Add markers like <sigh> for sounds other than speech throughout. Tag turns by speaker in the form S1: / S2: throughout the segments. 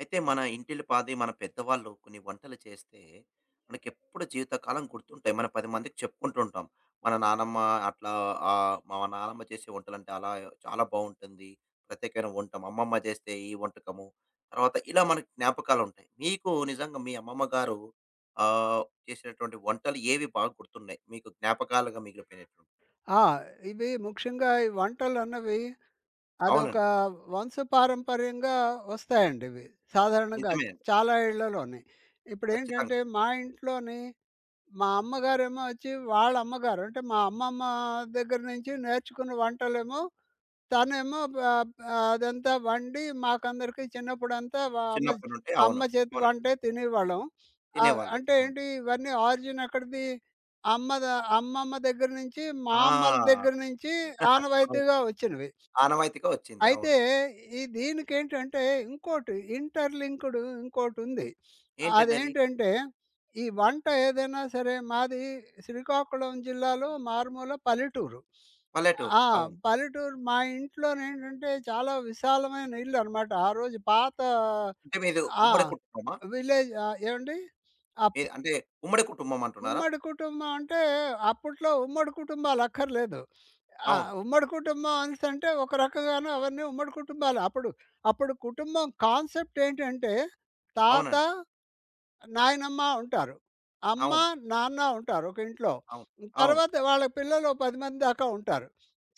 S1: అయితే మన ఇంటిల్లిపాది మన పెద్దవాళ్ళు కొన్ని వంటలు చేస్తే మనకెప్పుడు జీవితకాలం గుర్తుంటాయి. మనం 10 మందికి చెప్పుకుంటూ ఉంటాం. మన నానమ్మ అట్లా మా నానమ్మ చేసే వంటలంటే అలా చాలా బావుంటుంది. ప్రత్యేకమైన వంట. మా అమ్మమ్మ చేస్తే ఈ వంటకము. తర్వాత ఇలా మనకు జ్ఞాపకాలుంటాయి. మీకు నిజంగా మీ అమ్మమ్మ గారు ఆహ్, చేసినటువంటి వంటలు ఏవి బాగా గుర్తున్నాయి? మీకు జ్ఞాపకాలుగా మిగిలిపోయినటువంటి?
S2: ఆ! ఇవి ముఖ్యంగా ఈ వంటలన్నవి, అదొక
S1: అవునండి.
S2: వంశపారంపర్యంగా వస్తాయండి ఇవి. సాధారణంగా
S1: నిజమే అండి.
S2: చాలా ఇళ్లలోని.
S1: ఖచ్చితంగా.
S2: ఇప్పుడేంటంటే మా ఇంట్లోని మా అమ్మగారేమో వచ్చి వాళ్ళ అమ్మగారు అంటే మా అమ్మమ్మ దగ్గర నుంచి నేర్చుకున్న వంటలేమో తనేమో అదంతా వండి మాకందరికి చిన్నప్పుడంతా అమ్మ
S1: చిన్నప్పటి నుండి
S2: అమ్మ
S1: అవును.
S2: చేతి
S1: అవునండి.
S2: వంటే తినేవాళ్ళం.
S1: తినేవాళ్ళు.
S2: అంటే
S1: అవును.
S2: ఏంటి ఇవన్నీ ఆరిజిన్ ఎక్కడిది? అమ్మ ద అమ్మమ్మ దగ్గర నుంచి, మా అమ్మల
S1: ఆ!
S2: దగ్గర నుంచి
S1: <laughs> అవును.
S2: ఆనవాయితీగా వచ్చినవి.
S1: ఆనవాయితీగా వచ్చింది.
S2: అయితే
S1: అవును.
S2: ఈ దీనికేంటంటే ఇంకోటి ఇంటర్‌లింక్‌డ్ ఇంకోటుంది.
S1: ఏంటంటే అది?
S2: అదేంటంటే ఈ వంట ఏదైనా సరే మాది శ్రీకాకుళం జిల్లాలో మారుమూల పల్లెటూరు.
S1: పల్లెటూరు.
S2: ఆ!
S1: అవును.
S2: పల్లెటూరు, మా ఇంట్లోనేంటంటే చాలా విశాలమైన ఇల్లనమాట. ఆ రోజు పాత
S1: అంటే మీది
S2: ఆ!
S1: ఉమ్మడి కుటుంబమా?
S2: విలేజ్ ఏవండి? అప్
S1: మీది అంటే ఉమ్మడి కుటుంబం అంటున్నారా?
S2: ఉమ్మడి కుటుంబం అంటే అప్పట్లో ఉమ్మడి కుటుంబాలు అక్కర్లేదు. ఆ!
S1: అవును.
S2: ఉమ్మడి కుటుంబం అనేసంటే ఒక రకంగాను అవన్నీ ఉమ్మడి కుటుంబాలు. అప్పుడు అప్పుడు కుటుంబం కాన్సెప్ట్ ఏంటంటే తాత,
S1: అవునండి.
S2: నాయనమ్మ ఉంటారు. అమ్మ,
S1: అవును.
S2: నాన్న ఉంటారు ఒక ఇంట్లో.
S1: అవును. అవును.
S2: తర్వాత వాళ్ళ పిల్లలు ఓ 10 మంది దాకా ఉంటారు.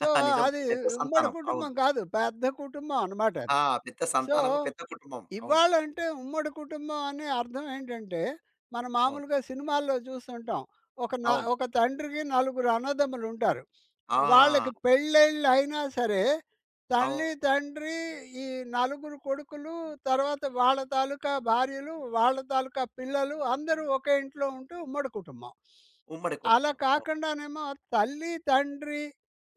S2: సో,
S1: <laughs> నిజం.
S2: అది
S1: పెద్ద
S2: ఉమ్మడి
S1: సంతానం. అవును.
S2: కుటుంబం కాదు. పెద్ద కుటుంబం అనమాట
S1: ఆ!
S2: అది.
S1: పెద్ద
S2: సో,
S1: సంతానము, పెద్ద కుటుంబం. అవును.
S2: ఇవ్వాలంటే ఉమ్మడి కుటుంబం అనే అర్థం ఏంటంటే, మనం
S1: అవును.
S2: మామూలుగా సినిమాల్లో చూస్తుంటాం. ఒక న
S1: అవును.
S2: ఒక తండ్రికి నలుగురు అన్నదమ్ములుంటారు.
S1: ఆ!
S2: వాళ్ళకి పెళ్ళిళ్ళయినా సరే, తల్లి,
S1: అవును.
S2: తండ్రి, ఈ నలుగురు కొడుకులు, తర్వాత వాళ్ళ తాలూకా భార్యలు, వాళ్ళ తాలూకా పిల్లలు అందరూ ఒకే ఇంట్లో ఉంటూ ఉమ్మడి కుటుంబం.
S1: ఉమ్మడి
S2: అలా
S1: కుటుంబం. అవును.
S2: కాకుండానేమో తల్లి, తండ్రి,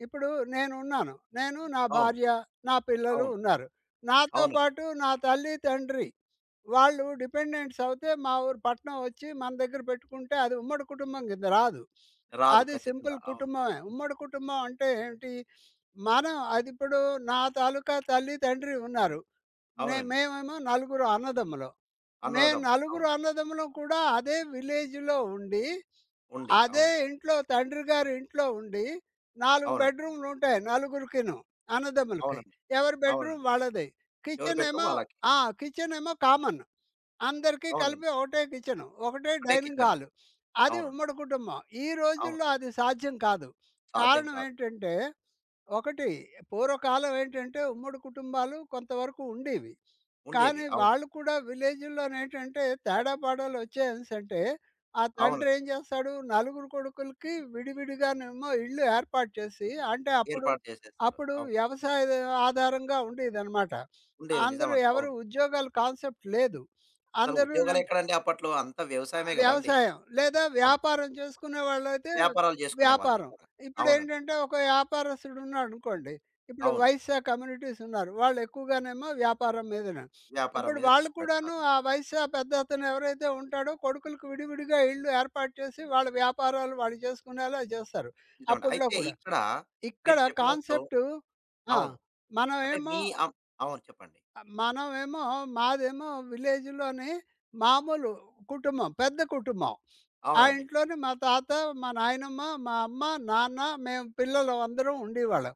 S2: ఇప్పుడు నేనున్నాను. నేను, నా
S1: అవును.
S2: భార్య, నా పిల్లలు
S1: అవును.
S2: ఉన్నారు. నాతో
S1: అవునండి.
S2: పాటు నా తల్లి, తండ్రి వాళ్ళు డిపెండెంట్స్ అవుతే మా ఊరు పట్నం వచ్చి మన దగ్గర పెట్టుకుంటే అది ఉమ్మడి కుటుంబం కింద రాదు.
S1: రాదు
S2: అది
S1: ఖచ్చితంగా.
S2: సింపుల్
S1: అవును.
S2: కుటుంబమే. ఉమ్మడి కుటుంబం అంటే ఏంటి? మనం అది ఇప్పుడు నా తాలూకా తల్లి, తండ్రి ఉన్నారు.
S1: అవునండి.
S2: మేమేమో నలుగురు అన్నదమ్ములం. మేము
S1: అన్నదమ్ములు.
S2: నలుగురు
S1: అవును.
S2: అన్నదమ్ములం కూడా అదే విలేజ్‌లో ఉండి
S1: ఉండి.
S2: అదే
S1: అవును.
S2: ఇంట్లో తండ్రి గారి ఇంట్లో ఉండి 4
S1: అవునండి.
S2: బెడ్‌రూమ్‌లు ఉంటాయి నలుగురికిను, అన్నదమ్ములకి.
S1: అవునండి.
S2: ఎవరి బెడ్‌రూమ్
S1: అవునండి.
S2: వాళ్ళది.
S1: ఎవరి
S2: కిచెన్
S1: బెడ్‌రూమ్
S2: ఏమో
S1: వాళ్ళకి.
S2: ఆ! కిచెన్ ఏమో కామన్. అందరికీ కలిపి
S1: అవునండి.
S2: ఒకటే కిచెను, ఒకటే
S1: ఒకటే
S2: డైనింగ్
S1: కిచెన్.
S2: హాలు. అది
S1: అవునండి.
S2: ఉమ్మడి కుటుంబం. ఈ
S1: అవును.
S2: రోజుల్లో అది సాధ్యం కాదు.
S1: సాధ్యం
S2: కారణం
S1: కాదు.
S2: ఏంటంటే, ఒకటి, పూర్వకాలం ఏంటంటే ఉమ్మడి కుటుంబాలు కొంతవరకు ఉండేవి.
S1: ఉండేవి.
S2: కానీ
S1: అవును.
S2: వాళ్ళు కూడా విలేజుల్లోనేంటంటే తేడా పాడాలు వచ్చాయనేసంటే, ఆ
S1: అవును.
S2: తండ్రి
S1: అవునండి.
S2: ఏం చేస్తాడు, నలుగురు కొడుకులకి విడివిడిగానేమో ఇళ్ళు ఏర్పాటు చేసి, అంటే అప్పుడు,
S1: ఏర్పాటు చేసేస్తాడు.
S2: అప్పుడు
S1: అవును.
S2: వ్యవసాయ ఆధారంగా ఉండేదనమాట.
S1: ఉండేది
S2: అందరూ
S1: నిజమండి.
S2: ఎవరు
S1: అవును.
S2: ఉద్యోగాల కాన్సెప్ట్ లేదు.
S1: అసలు
S2: అందరూనే
S1: ఉద్యోగాలెక్కడండి అప్పట్లో అంతా వ్యవసాయమే గదండీ!
S2: వ్యవసాయం లేదా
S1: అవును.
S2: వ్యాపారం చేసుకునే వాళ్ళైతే
S1: వ్యాపారాలు జేసుకునేవాళ్ళు
S2: వ్యాపారం.
S1: నిజంగా. అవునండి.
S2: ఇప్పుడేంటంటే ఒక వ్యాపారస్తుడు ఉన్నాడనుకోండి. ఇప్పుడు
S1: అవును.
S2: వైశ్య కమ్యూనిటీస్ ఉన్నారు. వాళ్ళు ఎక్కువగానేమో వ్యాపారం మీదనే.
S1: వ్యాపారం
S2: అప్పుడు
S1: మీద
S2: వాళ్ళు
S1: దృష్టి
S2: కూడాను
S1: పెడతారు.
S2: ఆ వైశ్య పెద్దతను ఎవరైతే ఉంటాడో కొడుకులకి విడివిడిగా ఇళ్ళు ఏర్పాటు చేసి వాళ్ళ వ్యాపారాలు వాళ్ళు చేసుకునేలా చేస్తారు
S1: నిజమండి.
S2: అప్పట్లో
S1: అయితే
S2: కూడా.
S1: ఇక్కడ
S2: ఇక్కడ
S1: మీరు చెప్పినట్టు
S2: కాన్సెప్టు ఆ!
S1: అవును. అంటే
S2: మనమేమో
S1: మీ అం అవును. చెప్పండి.
S2: మనమేమో మాదేమో విలేజ్‌లోని మామూలు కుటుంబం, పెద్ద కుటుంబం. ఆ
S1: అవునండి.
S2: ఇంట్లోనే మా తాత, మా నాయనమ్మ, మా అమ్మ, నాన్న, మేము పిల్లలు అందరం ఉండేవాళ్ళం.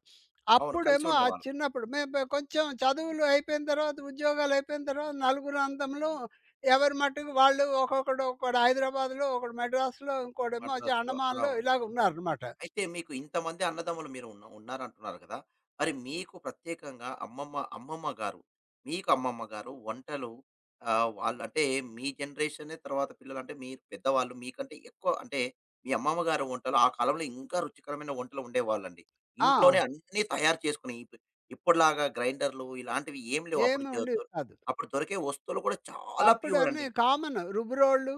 S1: అవును. కలిసి
S2: అప్పుడేమో ఆ
S1: ఉండేవాళ్ళు.
S2: చిన్నప్పుడు మేము కొంచెం చదువులు అయిపోయిన తర్వాత, ఉద్యోగాలు అయిపోయిన తర్వాత నలుగురు అందములు ఎవరి మట్టుకు వాళ్ళు ఒక్కొక్కడు, ఒక్కోడు హైదరాబాద్‌లో, ఒకడు మద్రాసులో, ఇంకోడేమో వచ్చి
S1: మద్రాసులో అలా
S2: అండమాన్‌లో
S1: ఉండే
S2: ఇలాగ ఉన్నారనమాట.
S1: అయితే మీకు ఇంతమంది అన్నదమ్ములు మీరు ఉన్నారంటున్నారు కదా! మరి మీకు ప్రత్యేకంగా అమ్మమ్మ గారు మీకు అమ్మమ్మ గారు వంటలు వాళ్ళంటే మీ జనరేషనే తర్వాత పిల్లలంటే మీరు పెద్దవాళ్ళు మీకంటే ఎక్కువ అంటే మీ అమ్మమ్మ గారి వంటలు ఆ కాలంలో ఇంకా రుచికరమైన వంటలు ఉండేవాళ్ళండి.
S2: ఆ!
S1: ఇంట్లోనే అన్నీ తయారు చేసుకుని ఇప్పటిలాగా గ్రైండర్లు ఇలాంటివి ఏమి లేవు. అప్పుడు
S2: ఏమి
S1: జ
S2: ఉండేది
S1: దొ
S2: కాదు.
S1: అప్పుడు దొరికే వస్తువులు కూడా చాలా
S2: అప్పుడు
S1: ప్యూర్
S2: అన్నీ
S1: అండి.
S2: కామన్. రుబ్బురోళ్ళు,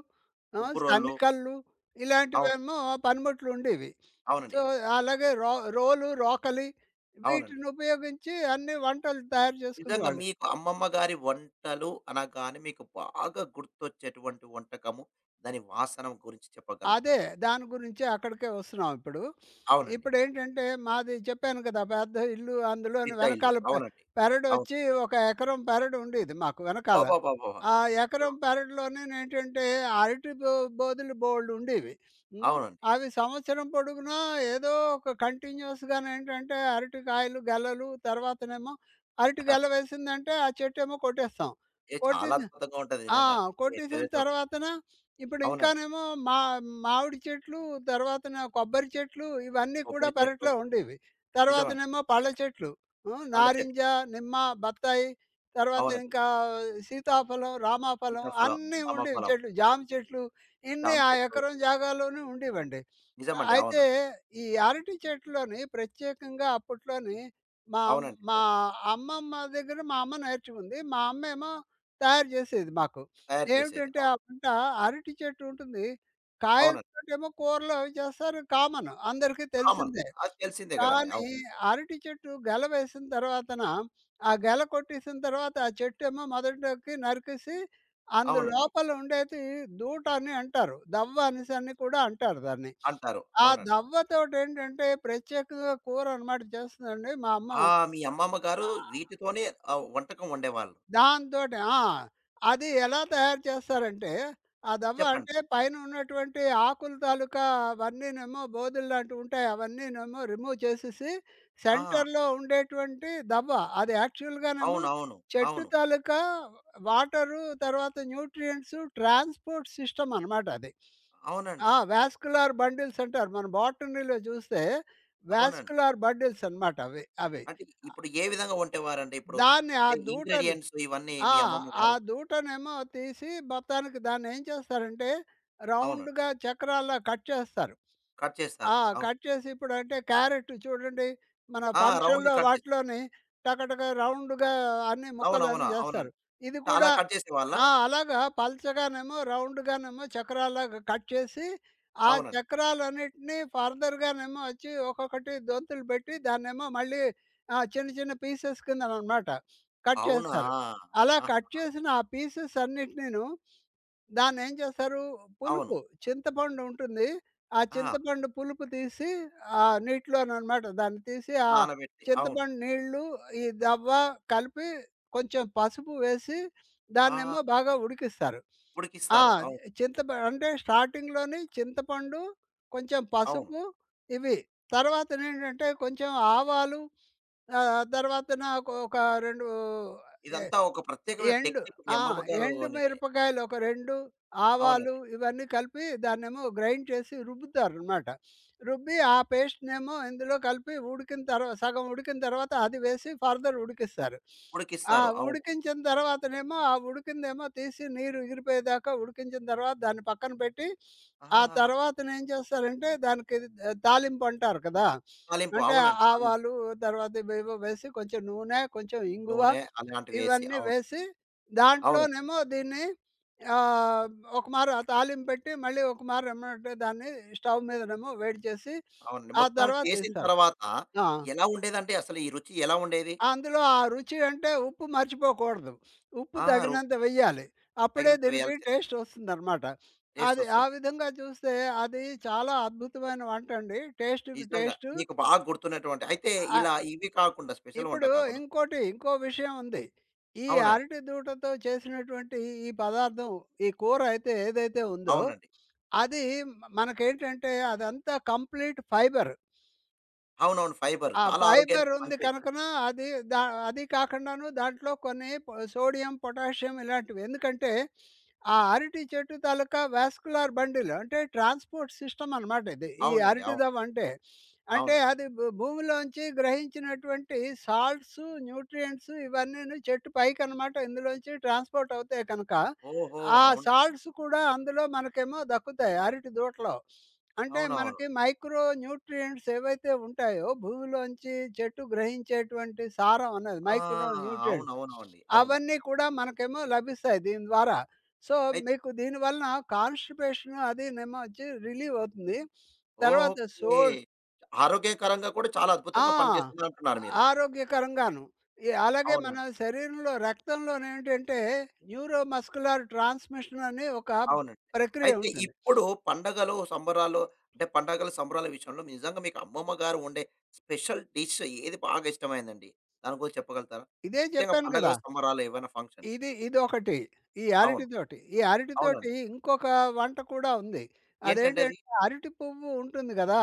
S2: ఆ!
S1: రుబ్బురోళ్ళు
S2: సన్నికళ్ళు
S1: అవును.
S2: ఇలాంటివేమో పనిముట్లు ఉండేవి.
S1: అవునండి.
S2: సో, అలాగే రోలు, రోకలి
S1: అవునండి.
S2: వీటిని ఉపయోగించి అన్ని వంటలు తయారు
S1: నిజంగా
S2: చేసుకునేవాళ్ళు.
S1: మీకు అమ్మమ్మ గారి వంటలు అనగానే మీకు బాగా గుర్తొచ్చేటువంటి వంటకము, దాని వాసన గురించి
S2: అదే.
S1: చెప్పగలుగుతారా?
S2: దాని గురించే అక్కడికే వస్తున్నాం ఇప్పుడు.
S1: అవునండి.
S2: ఇప్పుడేంటంటే మాది చెప్పాను కదా! పెద్ద ఇల్లు, అందులోని
S1: పెద్ద ఇల్లు.
S2: వెనకాల
S1: అవునండి. అవును.
S2: పెరడొచ్చి ఒక ఎకరం పెరడు ఉండేది మాకు వెనకాల.
S1: అబ్బబ్బబ్బబ్బా!
S2: ఆ
S1: హ్మ్.
S2: ఎకరం పెరడులోనేనేంటంటే అరటి బొ బోదులు బోలెడుండేవి. హ్మ్.
S1: అవునండి.
S2: అవి సంవత్సరం పొడుగునా ఏదో ఒక కంటిన్యూయస్‌గానేంటంటే అరటికాయలు, గెలలు, తర్వాతనేమో అరటి గెల వేసిందంటే ఆ చెట్టేమో కొట్టేస్తాం.
S1: ఏ చాలా
S2: కొట్టేసి
S1: అద్భుతంగా ఉంటది
S2: ఆ!
S1: నిజంగా. ఏ
S2: కొట్టేసిన
S1: పెరుగుతూ
S2: తర్వాతన ఇప్పుడు
S1: అవునండి.
S2: ఇంకానేమో మా మామిడి చెట్లు, తర్వాతన కొబ్బరి చెట్లు ఇవన్నీ కూడా
S1: కొబ్బరి చెట్లు
S2: పెరట్లో ఉండేవి.
S1: నిజమండి.
S2: తర్వాతనేమో పళ్ళ చెట్లు. హ్మ్.
S1: పళ్ళ చెట్లు
S2: నారింజ, నిమ్మ, బత్తాయి, తర్వాత
S1: అవునండి.
S2: ఇంకా సీతాఫలం, రామాఫలం
S1: సీతాఫలం,
S2: అన్నీ ఉండేవి
S1: ఆమఫలం,
S2: చెట్లు. జామ చెట్లు, ఇన్ని
S1: జామ
S2: ఆ
S1: చెట్టు
S2: ఎకరం జాగాలోనే ఉండేవండి.
S1: నిజమండి.
S2: అయితే
S1: అవునండి.
S2: ఈ అరటి చెట్లోని ప్రత్యేకంగా అప్పట్లోని మా
S1: అవునండి.
S2: మా
S1: నిజం.
S2: అమ్మమ్మ దగ్గర మా అమ్మ నేర్చుకుంది. మా అమ్మేమో తయారు చేసేది మాకు.
S1: తయారు చేసేది.
S2: ఏమిటంటే ఆ
S1: అవును.
S2: పంట అరటి చెట్టు ఉంటుంది.
S1: అవునండి.
S2: కాయలతోటేమో కూరలు అవి చేస్తారు కామన్, అందరికీ
S1: కామన్.
S2: తెలిసిందే.
S1: అది తెలిసిందే కదండీ.
S2: కానీ
S1: అవును.
S2: అరటి చెట్టు గెల వేసిన తర్వాతన, ఆ గెల కొట్టేసిన తర్వాత ఆ చెట్టేమో మొదటికి నరికేసి అందు
S1: అవునండి.
S2: లోపల ఉండేది దూట అని అంటారు. దవ్వ అనేసని కూడా అంటారు దాన్ని.
S1: అంటారు.
S2: ఆ
S1: అవునండి.
S2: దవ్వతోటేంటంటే ప్రత్యేకంగా కూర అనమాట చేస్తుందండి మా అమ్మ.
S1: ఆ! మీ అమ్మమ్మ గారు వీటితోనే వంటకం వండేవాళ్ళు.
S2: దాంతోటి అది ఎలా తయారు చేస్తారంటే, ఆ దవ్వ
S1: చెప్పండి.
S2: అంటే పైన ఉన్నటువంటి ఆకుల తాలూకా అవన్నీనేమో బోదెలు లాంటివి ఉంటాయి. అవన్నీనేమో రిమూవ్ చేసేసి,
S1: ఆ!
S2: సెంటర్‌లో ఉండేటువంటి దవ్వ. అది యాక్చువల్‌గానేమో
S1: అవునవును.
S2: చెట్టు
S1: అవును.
S2: తాలూకా వాటరు, తర్వాత న్యూట్రియంట్స్ ట్రాన్స్‌పోర్ట్ సిస్టమ్ అనమాట అది.
S1: అవునండి.
S2: వాస్కులర్ బండిల్స్ అంటారు. మన బోటనీలో చూస్తే
S1: అవునండి.
S2: వాస్కులర్ బండిల్స్ అనమాట అవి. అవి.
S1: అంటే ఇప్పుడు ఏ విధంగా వండేవారండి ఇప్పుడు?
S2: దాన్ని ఆ
S1: అంటే
S2: దూటను
S1: ఇంగ్రీడియెంట్స్ ఇవన్నీ
S2: ఆ!
S1: మీ అమ్మమ్మ
S2: ఆ
S1: గారు
S2: దూటనేమో తీసి మొత్తానికి దాన్నేం చేస్తారంటే,
S1: అవునండి.
S2: రౌండ్‌గా చక్రాల్లా కట్ చేస్తారు.
S1: కట్
S2: ఆ!
S1: చేస్తారు. అవును.
S2: కట్ చేసి ఇప్పుడంటే క్యారెట్ చూడండి, మన
S1: ఆ! రౌండ్
S2: ఫంక్షన్‌లో
S1: కట్ చేస్తారు.
S2: వాటిలోని టకటక రౌండ్‌గా అన్ని ముక్కలన్నీ
S1: అవునవునా!
S2: జేస్తారు.
S1: అవునండి.
S2: ఇది
S1: అలా
S2: కూడా
S1: కట్ చేసేవాళ్ళా?
S2: అలాగా పలచగానేమో, రౌండ్‌గానేమో చక్రాల్లాగా కట్ చేసి, ఆ
S1: అవునండి.
S2: చక్రాలన్నిటిని ఫర్దర్‌గానేమో వచ్చి ఒక్కొక్కటి దొంతులు పెట్టి, దాన్నేమో మళ్ళీ చిన్న చిన్న పీసెస్ కిందననమాట కట్
S1: అవునా!
S2: చేస్తారు. అలా
S1: ఆహ్,
S2: కట్ చేసిన ఆ పీసెస్ అన్నిటినీను, దాన్నేం చేస్తారు,
S1: అవును.
S2: పులుపు చింతపండు ఉంటుంది. ఆ
S1: ఆ!
S2: చింతపండు పులుపు తీసి ఆ నీటిలోననమాట దాన్ని తీసి, ఆ
S1: నానబెట్టి అవును.
S2: చింతపండు నీళ్ళు, ఈ దవ్వ కలిపి కొంచెం పసుపు వేసి
S1: ఆ!
S2: దాన్నేమో బాగా ఉడికిస్తారు.
S1: ఉడికిస్తారు.
S2: అది
S1: అవును.
S2: అంటే స్టార్టింగ్‌లోని చింతపండు, కొంచెం
S1: అవును.
S2: పసుపు ఇవి. తర్వాతనేంటంటే కొంచెం ఆవాలు, తర్వాతన ఒక ఒక 2 ఎ
S1: ఇదంతా ఒక ప్రత్యేకమైన
S2: ఎండు
S1: టెక్నిక్ మీ
S2: ఆ!
S1: అమ్మమ్మ గారు
S2: ఎండు
S1: నే
S2: మిరపకాయలు ఒక 2, ఆవాలు
S1: అవునండి.
S2: ఇవన్నీ కలిపి దాన్నేమో గ్రైండ్ చేసి రుబ్బుతారనమాట. రుబ్బి ఆ పేస్ట్‌నేమో ఇందులో కలిపి ఉడికిన తర్వా సగం ఉడికిన తర్వాత అది వేసి ఫర్దర్ ఉడికిస్తారు. ఆ
S1: ఉడికిస్తారు. అవును.
S2: ఉడికించిన తర్వాతనేమో ఆ ఉడికిందేమో తీసి నీరు ఎగిరిపోయేదాకా ఉడికించిన తర్వాత దాన్ని పక్కన పెట్టి, ఆ
S1: ఆహాహాహా!
S2: తర్వాతనేం చేస్తారంటే దానికి తాలింపు అంటారు కదా!
S1: తాలింపు.
S2: అంటే
S1: అవునండి. తాలింపు.
S2: ఆవాలు, తర్వాత ఇవేవో వేసి కొంచెం నూనె, కొంచెం ఇంగువ
S1: నూనె అలాంటివేసి.
S2: ఇవన్నీ
S1: అవును.
S2: వేసి
S1: అవునండి.
S2: దాంట్లోనేమో దీన్ని ఆహ్, ఒక మార తాలింపు పెట్టి మళ్ళీ ఒక మార ఏమంటే దాన్ని స్టవ్ మీదనేమో వేడి చేసి
S1: అవునండి.
S2: ఆ
S1: మొత్తం
S2: తర్వాత
S1: చేసిన
S2: ఏస్తారు.
S1: తర్వాత
S2: ఆ!
S1: ఎలా ఉండేదంటే అసలు ఈ రుచి ఎలా ఉండేది?
S2: అందులో ఆ రుచి అంటే ఉప్పు మర్చిపోకూడదు. ఉప్పు
S1: ఆ! రు
S2: తగినంత వెయ్యాలి. అప్పుడే
S1: తగినంత
S2: దీనికి
S1: వేయాల్సిందే.
S2: టేస్ట్ వస్తుందనమాట. అది ఆ
S1: టేస్టొస్తుంది.
S2: విధంగా చూస్తే అది చాలా అద్భుతమైన వంటండి. టేస్ట్‌కి
S1: నిజంగా.
S2: టేస్టు.
S1: మీకు బాగా గుర్తున్నటువంటి అయితే
S2: ఆ
S1: ఇలా ఇవి కాకుండా స్పెషల్ వంట
S2: ఇప్పుడు
S1: కాకుండా
S2: ఇంకోటి, ఇంకో విషయం ఉంది. ఈ
S1: అవునండి.
S2: అరటి దూడతో చేసినటువంటి ఈ పదార్థం, ఈ కూర అయితే ఏదైతే ఉందో,
S1: అవునండి.
S2: అది మనకేంటంటే అదంతా కంప్లీట్ ఫైబర్.
S1: అవునవును. ఫైబర్. చాలా
S2: ఫైబర్
S1: ఆరోగ్యానికి
S2: ఉంది
S1: మంచిది.
S2: కనుకన అది దా అది కాకుండాను దాంట్లో కొన్ని సోడియం, పొటాషియం ఇలాంటివి. ఎందుకంటే ఆ అరటి చెట్టు తాలూకా వాస్కులర్ బండిల్ అంటే ట్రాన్స్‌పోర్ట్ సిస్టమ్ అనమాట ఇది. ఈ
S1: అవునండి.
S2: అరటి
S1: అవును.
S2: దవ్వ అంటే. అంటే
S1: అవునండి.
S2: అది భూమిలోంచి గ్రహించినటువంటి సాల్ట్స్, న్యూట్రియంట్స్ ఇవన్నీను చెట్టు పైకనమాట ఇందులోంచి ట్రాన్స్‌పోర్ట్ అవుతాయి కనుక,
S1: ఓహో!
S2: ఆ
S1: అవును.
S2: సాల్ట్స్ కూడా అందులో మనకేమో దక్కుతాయి అరటి దూటలో. అంటే
S1: అవునవును.
S2: మనకి మైక్రో న్యూట్రియంట్స్ ఏవైతే ఉంటాయో భూమిలోంచి చెట్టు గ్రహించేటువంటి సారం అన్నది
S1: ఆ!
S2: మైక్రో న్యూట్రియంట్స్
S1: అవునవునండి. అవును.
S2: అవన్నీ కూడా మనకేమో లభిస్తాయి దీని ద్వారా. సో,
S1: అయి
S2: మీకు దీనివలన కాన్‌స్టిపేషన్ అదీనేమో వచ్చి రిలీవ్ అవుతుంది. తర్వాత
S1: ఓకే. ఆరోగ్యకరంగా కూడా చాలా
S2: ఆ!
S1: అద్భుతంగా పనిచేస్తుందంటున్నారు మీరు.
S2: ఆరోగ్యకరంగాను. అలాగే మన
S1: అవునండి.
S2: శరీరంలో రక్తంలోనే ఏంటంటే న్యూరోమస్కులర్ ట్రాన్స్‌మిషన్ అని ఒక
S1: అవునండి.
S2: ప్రక్రియ
S1: అయితే
S2: ఉంటుంది.
S1: ఇప్పుడు పండగలు, సంబరాలు అంటే పండగల, సంబరాల విషయంలో నిజంగా మీకు అమ్మమ్మ గారు వండే స్పెషల్ డిష్ ఏది బాగా ఇష్టమైందండి? దాని గురించి చెప్పగలుగుతారా?
S2: ఇదే
S1: ముఖ్యంగా
S2: చెప్పాను కదా!
S1: పండగలు, సంబరాలు ఏవైనా ఫంక్షన్స్.
S2: ఇది ఇదొకటి. ఈ
S1: అవును.
S2: అరటితోటి. ఈ అరటితోటి
S1: అవునండి.
S2: ఇంకొక వంట కూడా ఉంది.
S1: ఏంటండి అది?
S2: అదేంటంటే అరటి పువ్వు ఉంటుంది గదా!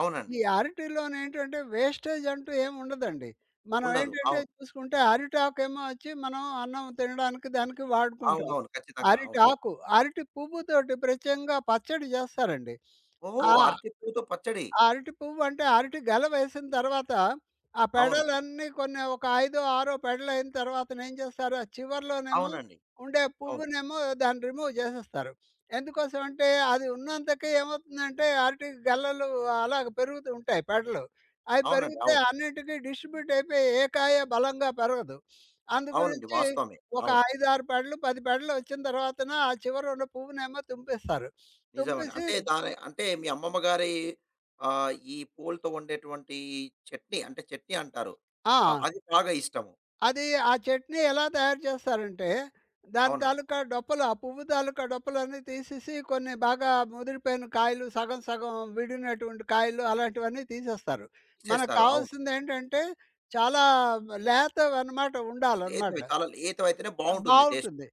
S1: అవునండి.
S2: ఈ అరటిలోనేంటంటే వేస్టేజ్ అంటూ ఏమి ఉండదండి. మనం
S1: ఉండదు.
S2: ఏంటంటే
S1: అవును.
S2: చూసుకుంటే అరిటాకేమో వచ్చి మనం అన్నం తినడానికి దానికి వాడుకుంటాం.
S1: అవునవును. ఖచ్చితంగా. అవును.
S2: అరిటాకు, అరటి పువ్వుతోటి ప్రత్యేకంగా పచ్చడి జేస్తారండి.
S1: ఓహ్!
S2: ఆ!
S1: అరటి పూతో పచ్చడి.
S2: అరటి పువ్వు అంటే అరటి గెల వేసిన తర్వాత, ఆ
S1: అవును.
S2: పెడలన్నీ కొన్ని ఒక ఐదో, ఆరో పెడలయిన తర్వాతనేం చేస్తారు, ఆ చివర్లోనేమో
S1: అవునండి.
S2: ఉండే
S1: అవును.
S2: పువ్వునేమో దాన్ని రిమూవ్ చేసేస్తారు. ఎందుకోసం అంటే అది ఉన్నంతకి ఏమవుతుందంటే అరటి గెలలు అలాగ పెరుగుతూ ఉంటాయి పెడలు. అవి
S1: అవునండి.
S2: పెరిగితే
S1: అవును.
S2: అన్నిటికి డిస్ట్రిబ్యూట్ అయిపోయి ఏ కాయ బలంగా పెరగదు. అందు
S1: అవునండి.
S2: గురించి
S1: వాస్తవమే.
S2: ఒక
S1: అవును.
S2: 5, 6 పెడలు, 10 పెడలు వచ్చిన తర్వాతన ఆ చివర ఉన్న పువ్వునేమో తుంపేస్తారు.
S1: నిజమండి.
S2: తుంపేసి
S1: అంటే దాని అంటే మీ అమ్మమ్మ గారి ఈ పూలతో వండేటువంటి చట్నీ అంటే చట్నీ అంటారు.
S2: ఆ!
S1: అది బాగా ఇష్టము.
S2: అది ఆ చట్నీ ఎలా తయారు చేస్తారంటే, దాని
S1: అవునండి.
S2: తాలూకా డొప్పలు, ఆ పువ్వు తాలూకా డొప్పలన్నీ తీసేసి కొన్ని బాగా ముదిరిపోయిన కాయలు, సగం సగం విడినటువంటి కాయలు అలాంటివన్నీ తీసేస్తారు. మనకు
S1: తీసేస్తారు. అవును.
S2: కావాల్సిందేంటంటే, చాలా లేతవన్నమాట ఉండాలన్నమాట.
S1: లేతవి చాలా లేతవైతేనే బావుంటుంది టేస్ట్.
S2: బావుంటుంది.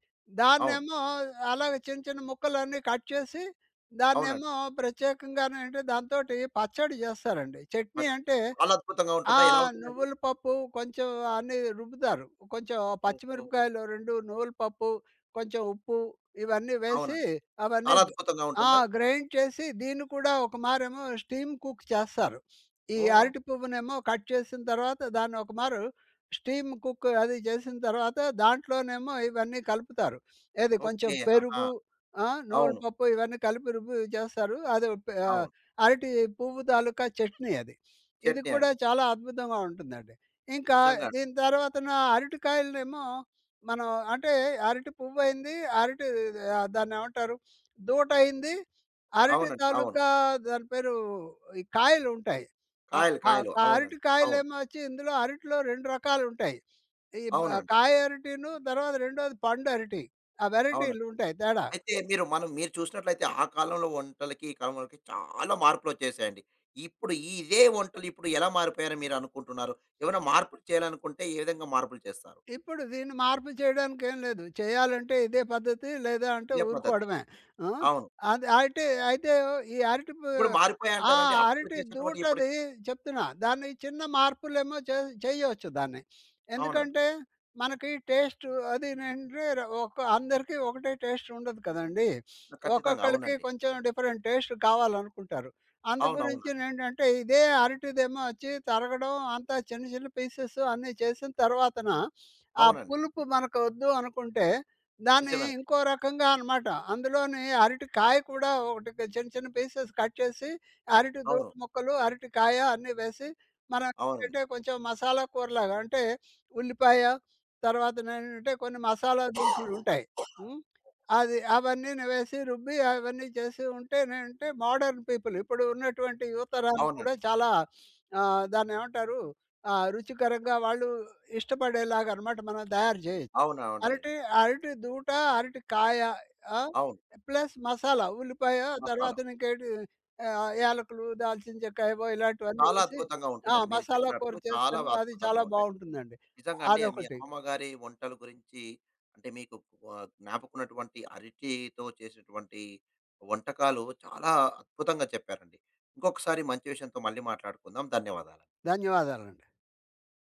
S1: అవును.
S2: దాన్నేమో అలాగే చిన్న చిన్న ముక్కలన్నీ కట్ చేసి,
S1: అవునండి.
S2: దాన్నేమో ప్రత్యేకంగాను ఏంటి దాంతోటి పచ్చడి చేస్తారండి. చట్నీ
S1: పచ్చడి.
S2: అంటే
S1: చాలా అద్భుతంగా
S2: ఆ!
S1: ఉంటుందా? ఎలా ఉంటుందండి?
S2: నువ్వుల పప్పు కొంచెం అన్నీ రుబ్బుతారు. కొంచెం
S1: ఓహోహో!
S2: పచ్చిమిరపకాయలు 2, నువ్వుల పప్పు, కొంచెం ఉప్పు ఇవన్నీ వేసి
S1: అవునండి.
S2: అవన్నీ
S1: చాలా అద్భుతంగా
S2: ఆ!
S1: ఉంటుందా?
S2: గ్రైండ్ చేసి దీన్ని కూడా ఒక మారేమో స్టీమ్ కుక్ చేస్తారు. ఈ
S1: ఓహ్!
S2: అరటి పువ్వునేమో కట్ చేసిన తర్వాత దాన్ని ఒక మారు స్టీమ్ కుక్ అది చేసిన తర్వాత దాంట్లోనేమో ఇవన్నీ కలుపుతారు. ఏది కొంచెం
S1: ఓకే. ఆహా!
S2: పెరుగు, నువ్వుల
S1: అవును.
S2: పప్పు ఇవన్నీ కలిపి రుబ్బి చేస్తారు. అది
S1: అవును.
S2: అరటి పువ్వు తాలూకా చట్నీ అది. ఇది
S1: చట్నీ
S2: కూడా
S1: అండి.
S2: చాలా అద్భుతంగా ఉంటుందండి. ఇంకా
S1: నిజంగా అండి.
S2: దీని తర్వాతన అరటికాయలనేమో మనం అంటే అరటి పువ్వయింది, అరటి దాన్నేమంటారు దూటయింది, అరటి
S1: అవునండి. అవును.
S2: తాలూకా దాని పేరు ఈ కాయలుంటాయి. ఆహ్,
S1: కాయలు,
S2: ఆహ్,
S1: కాయలు.
S2: అరటి
S1: అవునండి. అవును.
S2: కాయలేమో వచ్చి ఇందులో అరటిలో 2 రకాలుంటాయి. ఈ బ
S1: అవునండి.
S2: కాయ అరటిను, తర్వాత రెండోది పండు అరటి. ఆ
S1: అవునండి.
S2: వెరైటీలుంటాయి తేడా.
S1: అయితే మీరు మనం మీరు చూసినట్లయితే ఆ కాలంలో వంటలకి, ఈ కాలంలోకి చాలా మార్పులొచ్చేసాయండి. ఇప్పుడు ఈ ఇదే వంటలు ఇప్పుడు ఎలా మారిపోయారని మీరు అనుకుంటున్నారు? ఏమైనా మార్పులు చేయాలనుకుంటే ఏ విధంగా మార్పులు చేస్తారు?
S2: ఇప్పుడు దీన్ని మార్పు చేయడానికి ఏం లేదు. చేయాలంటే ఇదే పద్ధతి లేదా అంటే
S1: ఇదే పద్ధతి.
S2: ఊరుకోవడమే. ఆ!
S1: అవును.
S2: అది అయితే, అయితే ఈ అరటి పూ
S1: ఇప్పుడు
S2: ఆ!
S1: మారిపోయాయంటారండి. అప్పుడు
S2: అరటి
S1: చేసేటువంటి
S2: దూటది
S1: ఇప్పటికి
S2: చెప్తున్నా. దాన్ని చిన్న మార్పులేమో చేయొచ్చు దాన్ని.
S1: అవునండి.
S2: ఎందుకంటే మనకి టేస్ట్ అదీనంటే ఒక అందరికీ ఒకటే టేస్ట్ ఉండదు కదండీ.
S1: ఖచ్చితంగా.
S2: ఒక్కొక్కళ్ళకి
S1: అవునండి.
S2: కొంచెం డిఫరెంట్ టేస్ట్ కావాలనుకుంటారు. అందు
S1: అవునవునండి. అవునండి.
S2: గురించినేంటంటే ఇదే అరటిదేమో వచ్చి తరగడం అంతా చిన్న చిన్న పీసెస్ అన్నీ చేసిన తర్వాతన ఆ
S1: అవునండి,
S2: పులుపు మనకు వద్దు అనుకుంటే దాన్ని
S1: నిజమేనండి.
S2: ఇంకో రకంగా అనమాట. అందులోని అరటికాయ కూడా ఒకటి చిన్న చిన్న పీసెస్ కట్ చేసి, అరటి దూడ
S1: అవును.
S2: ముక్కలు, అరటికాయ అన్నీ వేసి మనం
S1: అవునండి.
S2: ఏంటంటే కొంచెం మసాలా కూరలాగా అంటే ఉల్లిపాయ, తర్వాతనేంటంటే కొన్ని మసాలా దినుసులుంటాయి. హ్మ్. అది అవన్నీని వేసి రుబ్బి అవన్నీ చేసి ఉంటేనేంటే మోడర్న్ పీపుల్ ఇప్పుడు ఉన్నటువంటి యువతరానికి కూడా
S1: అవునండి.
S2: చాలా ఆహ్, దాన్నేమంటారు ఆ! రుచికరంగా వాళ్ళు ఇష్టపడేలాగా అనమాట మనం తయారు చేయొచ్చు.
S1: అవునవునండి.
S2: అరటి, అరటి దూట, అరటి కాయ ఆ!
S1: అవును.
S2: ప్లస్ మసాలా, ఉల్లిపాయ,
S1: మసాలా.
S2: తర్వాత ఇంకేంటి యాలకులు, దాల్చిన చెక్క ఏవో ఇలాంటివన్నీ
S1: చాలా
S2: వేసి
S1: అద్భుతంగా ఉంటుందండి. మీరు
S2: మసాలా
S1: చెప్పినట్లు
S2: కూర
S1: చాలా
S2: చేస్తాను. అది
S1: అద్భుతంగా
S2: చాలా
S1: ఉంటాయి.
S2: బావుంటుందండి.
S1: నిజంగా అండి. మీ
S2: అదొకటి.
S1: అమ్మమ్మగారి వంటల గురించి అంటే మీకు జ్ఞాపకమున్నటువంటి అరటితో చేసినటువంటి వంటకాలు చాలా అద్భుతంగా చెప్పారండి. ఇంకొకసారి మంచి విషయంతో మళ్ళీ మాట్లాడుకుందాం. ధన్యవాదాలు.
S2: ధన్యవాదాలండి.